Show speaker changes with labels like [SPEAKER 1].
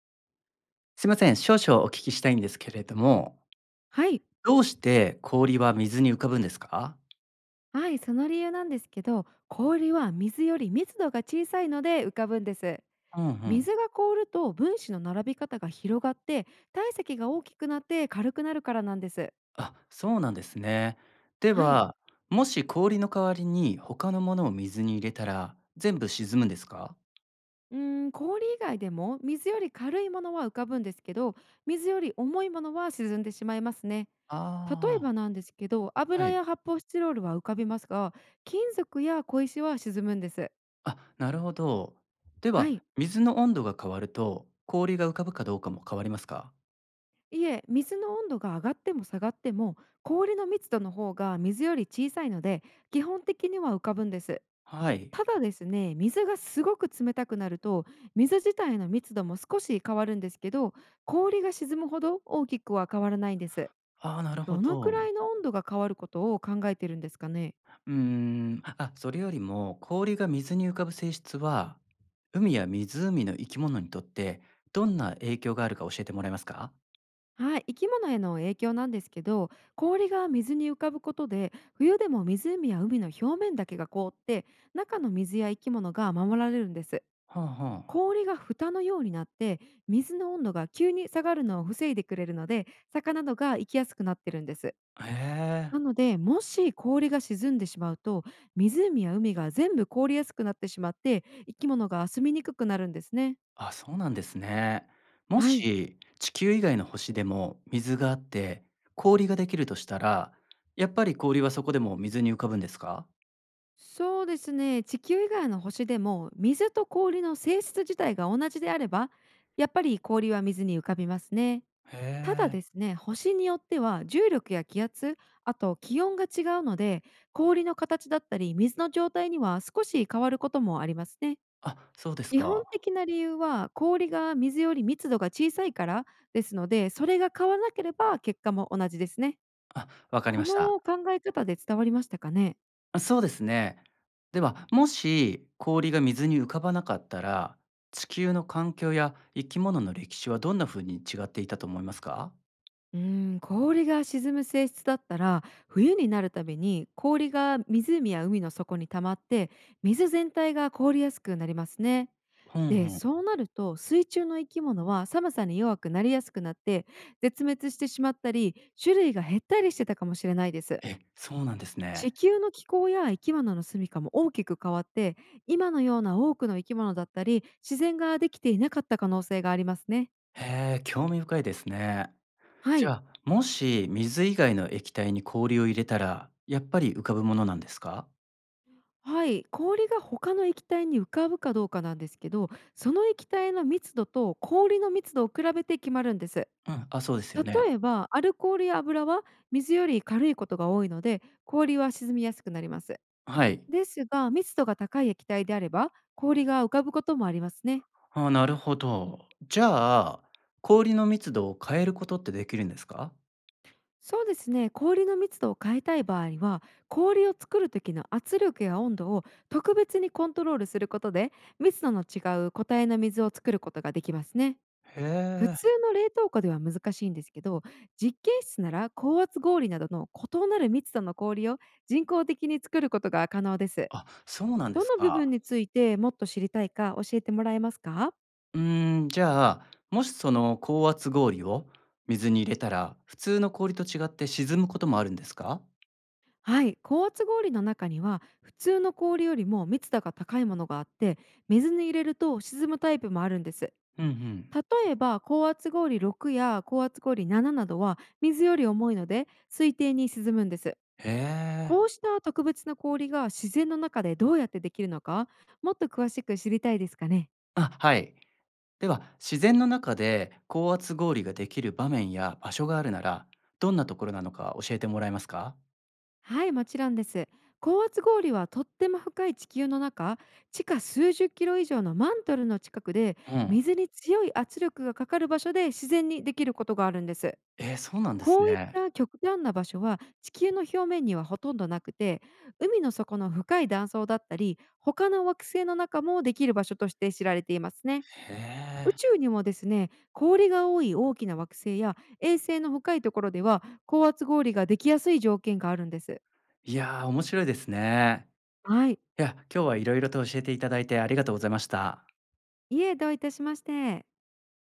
[SPEAKER 1] すいません、少々お聞きしたいんですけれども、
[SPEAKER 2] はい、
[SPEAKER 1] どうして氷は水に浮かぶんですか？
[SPEAKER 2] はい、その理由なんですけど、氷は水より密度が小さいので浮かぶんです。
[SPEAKER 1] うんうん。
[SPEAKER 2] 水が凍ると分子の並び方が広がって体積が大きくなって軽くなるからなんです。
[SPEAKER 1] あ、そうなんですね。で
[SPEAKER 2] はい、
[SPEAKER 1] は、もし氷の代わりに他のものを水に入れたら、全部沈むんですか？
[SPEAKER 2] うーん、氷以外でも水より軽いものは浮かぶんですけど、水より重いものは沈んでしまいますね。例え
[SPEAKER 1] ああー、
[SPEAKER 2] ばなんですけど、
[SPEAKER 1] は
[SPEAKER 2] 油
[SPEAKER 1] い。
[SPEAKER 2] や発泡スチロールは浮かびますが、金属や小石は沈むんです。
[SPEAKER 1] あ、なるほど。で
[SPEAKER 2] は
[SPEAKER 1] は、
[SPEAKER 2] い。
[SPEAKER 1] 水の温度が変わると、氷が浮かぶかどうかも変わりますか？
[SPEAKER 2] いえ、水の温度が上がっても下がっても氷の密度の方が水より小さいので基本的には浮かぶんです。
[SPEAKER 1] はい。
[SPEAKER 2] ただですね、水がすごく冷たくなると水自体の密度も少し変わるんですけど氷が沈むほど大きくは変わらないんです。
[SPEAKER 1] ああ、なるほ
[SPEAKER 2] どのくら
[SPEAKER 1] ど。
[SPEAKER 2] いの温度が変わることを考えてるんですかね。
[SPEAKER 1] あ、それよりも氷が水に浮かぶ性質は、海や湖の生き物にとってどんな影響があるか教えてもらえますか？
[SPEAKER 2] はい、生き物への影響なんですけど氷が水に浮かぶことで冬でも湖や海の表面だけが凍って中の水や生き物が守られるんです。
[SPEAKER 1] はあは
[SPEAKER 2] 氷が蓋のようになって水の温度が急に下がるのを防いでくれるので魚などが生きやすくなってるんです。
[SPEAKER 1] あ。へ
[SPEAKER 2] な
[SPEAKER 1] え。
[SPEAKER 2] のでもし氷が沈んでしまうと湖や海が全部凍りやすくなってしまって生き物が住みにくくなるんですね。
[SPEAKER 1] あ、そうなんですね。も
[SPEAKER 2] はい、
[SPEAKER 1] し地球以外の星でも水があって氷ができるとしたら、やっぱり氷はそこでも水に浮かぶんですか？
[SPEAKER 2] そうですね、地球以外の星でも水と氷の性質自体が同じであればやっぱり氷は水に浮かびますね。
[SPEAKER 1] へ
[SPEAKER 2] ただで
[SPEAKER 1] え。
[SPEAKER 2] すね、星によっては重力や気圧、あと気温が違うので、氷の形だったり水の状態には少し変わることもありますね。
[SPEAKER 1] あ、そうです
[SPEAKER 2] 基本
[SPEAKER 1] か。
[SPEAKER 2] 的な理由は氷が水より密度が小さいからですので、それが変わらなければ結果も同じですね。
[SPEAKER 1] あ、わかり
[SPEAKER 2] こ
[SPEAKER 1] ました。
[SPEAKER 2] の考え方で伝わりましたかね。
[SPEAKER 1] あ、そうですね。では、もし氷が水に浮かばなかったら、地球の環境や生き物の歴史はどんな風に違っていたと思いますか？
[SPEAKER 2] うーん、氷が沈む性質だったら冬になるたびに氷が湖や海の底に溜まって水全体が凍りやすくなりますね。
[SPEAKER 1] ふんふ
[SPEAKER 2] で、
[SPEAKER 1] ん。
[SPEAKER 2] そうなると水中の生き物は寒さに弱くなりやすくなって絶滅してしまったり種類が減ったりしてたかもしれないです。
[SPEAKER 1] え、そうなんです
[SPEAKER 2] 地
[SPEAKER 1] ね。
[SPEAKER 2] 球の気候や生き物の住処も大きく変わって今のような多くの生き物だったり自然ができていなかった可能性がありますね。
[SPEAKER 1] へえ、興味深いですね。
[SPEAKER 2] は
[SPEAKER 1] じゃ
[SPEAKER 2] い。
[SPEAKER 1] あ、もし水以外の液体に氷を入れたら、やっぱり浮かぶものなんですか？
[SPEAKER 2] はい、氷が他の液体に浮かぶかどうかなんですけどその液体の密度と氷の密度を比べて決まるんです。
[SPEAKER 1] うん、あ、そうですよね。
[SPEAKER 2] 例えば、アルコールや油は水より軽いことが多いので、氷は沈みやすくなります。
[SPEAKER 1] はい。
[SPEAKER 2] ですが、密度が高い液体であれば、氷が浮かぶこともありますね。
[SPEAKER 1] ああ、なるほど。じゃあ、氷の密度を変えることってできるんですか？
[SPEAKER 2] そうですね、氷の密度を変えたい場合は、氷を作る時の圧力や温度を特別にコントロールすることで、密度の違う固体の水を作ることができますね。
[SPEAKER 1] へ
[SPEAKER 2] 普
[SPEAKER 1] え。
[SPEAKER 2] 通の冷凍庫では難しいんですけど、実験室なら高圧氷などの異なる密度の氷を人工的に作ることが可能です。
[SPEAKER 1] あ、そうなんで
[SPEAKER 2] ど
[SPEAKER 1] す
[SPEAKER 2] の部分
[SPEAKER 1] か。
[SPEAKER 2] についてもっと知りたいか教えてもらえますか？
[SPEAKER 1] じゃあ、もしその高圧氷を水に入れたら、普通の氷と違って沈むこともあるんですか？
[SPEAKER 2] はい、高圧氷の中には普通の氷よりも密度が高いものがあって水に入れると沈むタイプもあるんです。
[SPEAKER 1] うんうん。
[SPEAKER 2] 例えば高圧氷6や高圧氷7ななどは水より重いので水底に沈むんです。
[SPEAKER 1] へえ。
[SPEAKER 2] こうした特別な氷が自然の中でどうやってできるのかもっと詳しく知りたいですかね。
[SPEAKER 1] あ、はい。では、自然の中で高圧氷ができる場面や場所があるなら、どんなところなのか教えてもらえますか？
[SPEAKER 2] はい、もちろんです。高圧氷はとっても深い地球の中、地下数十キロ以上のマントルの近くで、
[SPEAKER 1] うん。
[SPEAKER 2] 水に強い圧力がかかる場所で自然にできることがあるんです。
[SPEAKER 1] えー、そうなんです
[SPEAKER 2] こういっ
[SPEAKER 1] ね。
[SPEAKER 2] た極端な場所は地球の表面にはほとんどなくて、海の底の深い断層だったり、他の惑星の中もできる場所として知られていますね。
[SPEAKER 1] へ
[SPEAKER 2] 宇
[SPEAKER 1] え。
[SPEAKER 2] 宙にもですね、氷が多い大きな惑星や衛星の深いところでは、高圧氷ができやすい条件があるんです。
[SPEAKER 1] いやー、面白いですね。
[SPEAKER 2] はい、
[SPEAKER 1] いや、今日はいろいろと教えていただいてありがとうございました。
[SPEAKER 2] いえ、どういたしまして。